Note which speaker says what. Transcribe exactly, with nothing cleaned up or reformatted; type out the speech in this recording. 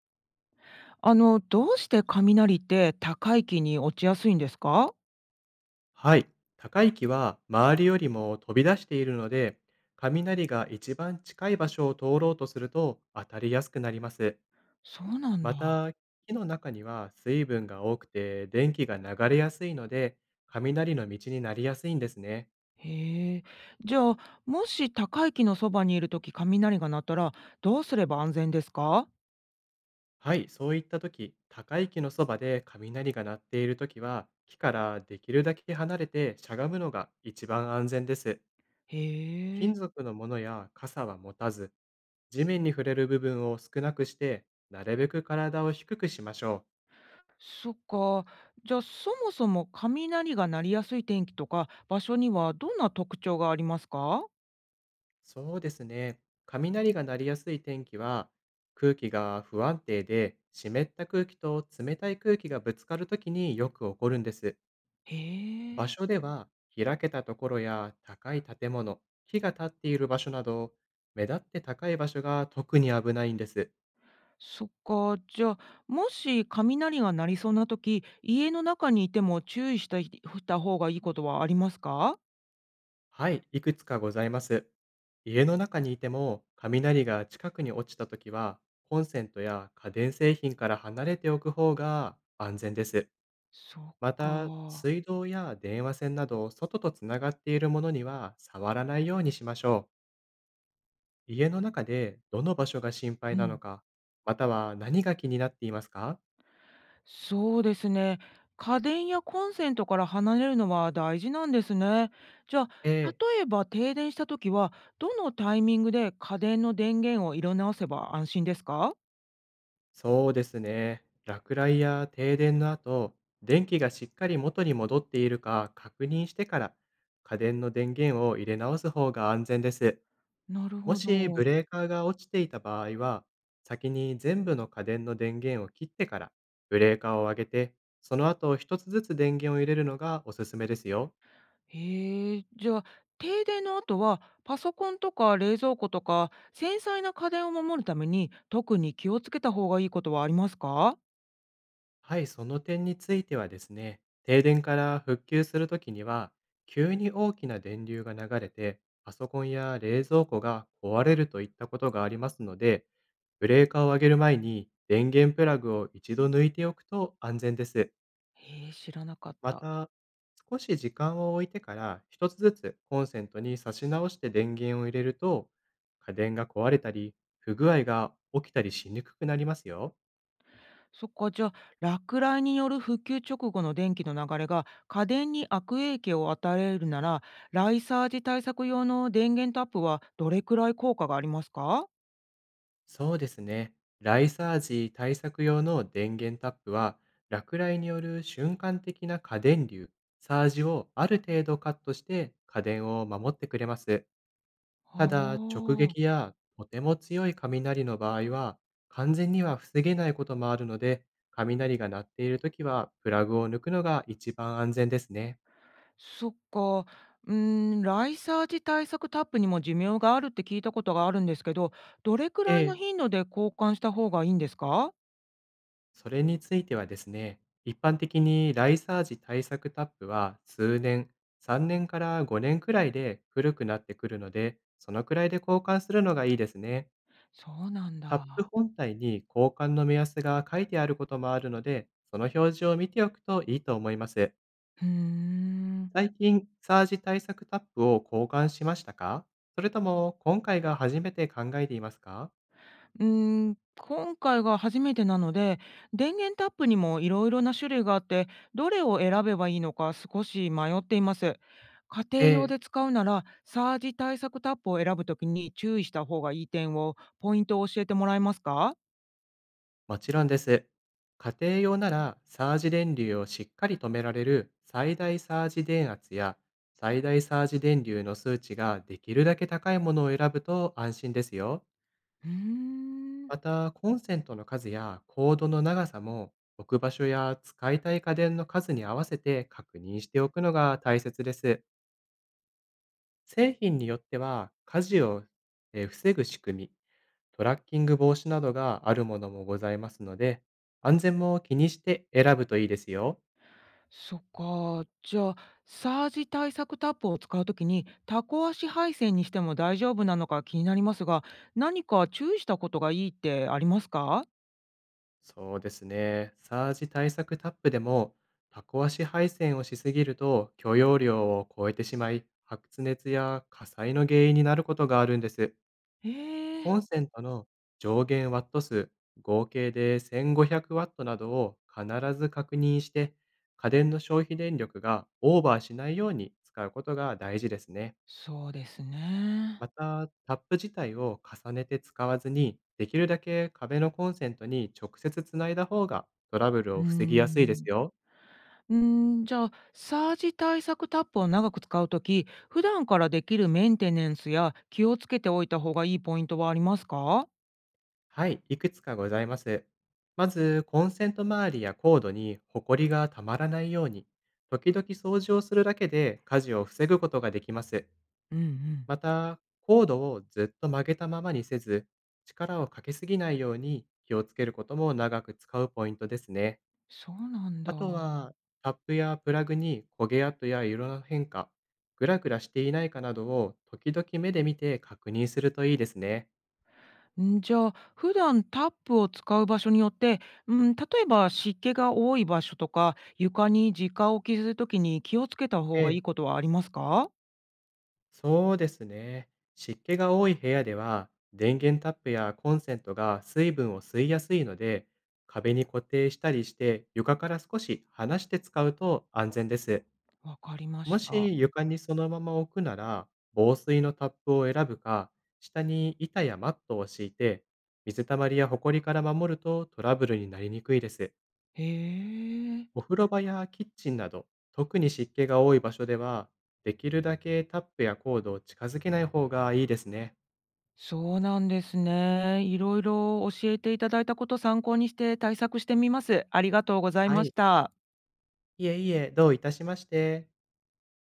Speaker 1: あの、どうして雷って高い木に落ちやすいんですか？
Speaker 2: はい。高い木は周りよりも飛び出しているので、雷が一番近い場所を通ろうとすると当たりやすくなります。
Speaker 1: そうなん
Speaker 2: ま
Speaker 1: だ。
Speaker 2: た、木の中には水分が多くて電気が流れやすいので、雷の道になりやすいんですね。
Speaker 1: へえ。じゃあ、もし高い木のそばにいるとき、雷が鳴ったらどうすれば安全ですか？
Speaker 2: はい、そういった時、高い木のそばで雷が鳴っている時は、木からできるだけ離れてしゃがむのが一番安全です。
Speaker 1: へ
Speaker 2: 金
Speaker 1: え、
Speaker 2: 属のものや傘は持たず、地面に触れる部分を少なくして、なるべく体を低くしましょう。
Speaker 1: そっか。じゃあ、そもそも雷が鳴りやすい天気とか場所にはどんな特徴がありますか？
Speaker 2: そうですね。雷が鳴りやすい天気は、空気が不安定で、湿った空気と冷たい空気がぶつかるときによく起こるんです。
Speaker 1: へ
Speaker 2: 場
Speaker 1: え、
Speaker 2: 所では、開けたところや高い建物、木が立っている場所など、目立って高い場所が特に危ないんです。
Speaker 1: そっか。じゃあ、もし雷が鳴りそうなとき、家の中にいても注意したいした方がいいことはありますか？
Speaker 2: はい、いくつかございます。家の中にいても、雷が近くに落ちたときは、コンセントや家電製品から離れておく方が安全です。
Speaker 1: そっ
Speaker 2: また、
Speaker 1: か。
Speaker 2: 水道や電話線など、外とつながっているものには触らないようにしましょう。家の中でどの場所が心配
Speaker 1: う
Speaker 2: なの
Speaker 1: ん。
Speaker 2: か、または何が気になっていますか？
Speaker 1: そうですね。家電やコンセントから離れるのは大事なんですね。じゃあ、
Speaker 2: ええ
Speaker 1: 例えば停電した時は、どのタイミングで家電の電源を色直せば安心ですか？
Speaker 2: そうですね。落雷や停電の後、電気がしっかり元に戻っているか確認してから、家電の電源を入れ直す方が安全です。
Speaker 1: なる
Speaker 2: も
Speaker 1: ほ
Speaker 2: しブ
Speaker 1: ど。
Speaker 2: レーカーが落ちていた場合は、先に全部の家電の電源を切ってから、ブレーカーを上げて、その後一つずつ電源を入れるのがおすすめですよ。
Speaker 1: へえ、じゃあ、停電の後はパソコンとか冷蔵庫とか、繊細な家電を守るために、特に気をつけた方がいいことはありますか？
Speaker 2: はい、その点についてはですね、停電から復旧するときには、急に大きな電流が流れて、パソコンや冷蔵庫が壊れるといったことがありますので、ブレーカーを上げる前に電源プラグを一度抜いておくと安全です。
Speaker 1: へえ、知らなかっ
Speaker 2: ま
Speaker 1: た。
Speaker 2: た、少し時間を置いてから一つずつコンセントに差し直して電源を入れると、家電が壊れたり、不具合が起きたりしにくくなりますよ。
Speaker 1: そっか、じゃあ、落雷による復旧直後の電気の流れが家電に悪影響を与えるなら、ライサージ対策用の電源タップはどれくらい効果がありますか？
Speaker 2: そうですね。ライサージ対策用の電源タップは、落雷による瞬間的な過電流、サージをある程度カットして家電を守ってくれます。ただ、直
Speaker 1: は
Speaker 2: 撃
Speaker 1: あ、
Speaker 2: やとても強い雷の場合は、完全には防げないこともあるので、雷が鳴っているときはプラグを抜くのが一番安全ですね。
Speaker 1: そっか。うーん、ライサージ対策タップにも寿命があるって聞いたことがあるんですけど、どれく
Speaker 2: え
Speaker 1: らいの
Speaker 2: え
Speaker 1: 頻度で交換した方がいいんですか？
Speaker 2: それについてはですね、一般的にライサージ対策タップは数年、さんねんからごねんくらいで古くなってくるので、そのくらいで交換するのがいいですね。
Speaker 1: そうなん
Speaker 2: タップ
Speaker 1: だ。
Speaker 2: 本体に交換の目安が書いてあることもあるので、その表示を見ておくといいと思います。
Speaker 1: うーん。
Speaker 2: 最近、サージ対策タップを交換しましたか？それとも今回が初めて考えていますか？
Speaker 1: うーん、今回が初めてなので、電源タップにもいろいろな種類があって、どれを選べばいいのか少し迷っています。家庭
Speaker 2: え
Speaker 1: 用
Speaker 2: え
Speaker 1: で使うなら、サージ対策タップを選ぶときに注意した方がいい点を、ポイントを教えてもらえますか？
Speaker 2: もちろんです。家庭用なら、サージ電流をしっかり止められる最大サージ電圧や最大サージ電流の数値ができるだけ高いものを選ぶと安心ですよ。
Speaker 1: うーん、
Speaker 2: また、コンセントの数やコードの長さも、置く場所や使いたい家電の数に合わせて確認しておくのが大切です。製品によっては、火事をえー防ぐ仕組み、トラッキング防止などがあるものもございますので、安全も気にして選ぶといいですよ。
Speaker 1: そっか。じゃあ、サージ対策タップを使うときに、タコ足配線にしても大丈夫なのか気になりますが、何か注意したことがいいってありますか？
Speaker 2: そうですね。サージ対策タップでも、タコ足配線をしすぎると許容量を超えてしまい、発熱や火災の原因になることがあるんです。
Speaker 1: ええ
Speaker 2: コ
Speaker 1: ー
Speaker 2: ンセントの上限ワット数、合計でせんごひゃくトなどを必ず確認して、家電の消費電力がオーバーしないように使うことが大事ですね。
Speaker 1: そうですね。
Speaker 2: また、タップ自体を重ねて使わずに、できるだけ壁のコンセントに直接つないだ方がトラブル
Speaker 1: うー
Speaker 2: を防ぎやすいです
Speaker 1: ん。
Speaker 2: よ。
Speaker 1: うーん、じゃあ、サージ対策タップを長く使うとき普段からできるメンテナンスや気をつけておいた方がいいポイントはありますか？
Speaker 2: はい、いくつかございます。まず、コンセント周りやコードにホコリがたまらないように、時々掃除をするだけで火事を防ぐことができます。
Speaker 1: うんうん。
Speaker 2: また、コードをずっと曲げたままにせず、力をかけすぎないように気をつけることも長く使うポイントですね。
Speaker 1: そうなんだ。
Speaker 2: あとは、タップやプラグに焦げ跡や色の変化、グラグラしていないかなどを時々目で見て確認するといいですね。
Speaker 1: ん、じゃあ、普段タップを使う場所によって、うん、例えば湿気が多い場所とか、床に直置きするときに気をつけた方
Speaker 2: え
Speaker 1: がい
Speaker 2: え。
Speaker 1: いことはありますか？
Speaker 2: そうですね。湿気が多い部屋では、電源タップやコンセントが水分を吸いやすいので、壁に固定したりして床から少し離して使うと安全です。
Speaker 1: わかりま
Speaker 2: も
Speaker 1: し
Speaker 2: し
Speaker 1: た。
Speaker 2: 床にそのまま置くなら、防水のタップを選ぶか、下に板やマットを敷いて、水たまりやホコリから守るとトラブルになりにくいです。
Speaker 1: へ
Speaker 2: お
Speaker 1: え。
Speaker 2: 風呂場やキッチンなど、特に湿気が多い場所では、できるだけタップやコードを近づけない方がいいですね。
Speaker 1: そうなんですね。いろいろ教えていただいたこと参考にして対策してみます。ありがとうござい
Speaker 2: は
Speaker 1: ま
Speaker 2: い。
Speaker 1: した。
Speaker 2: いえいえ、どういたしまして。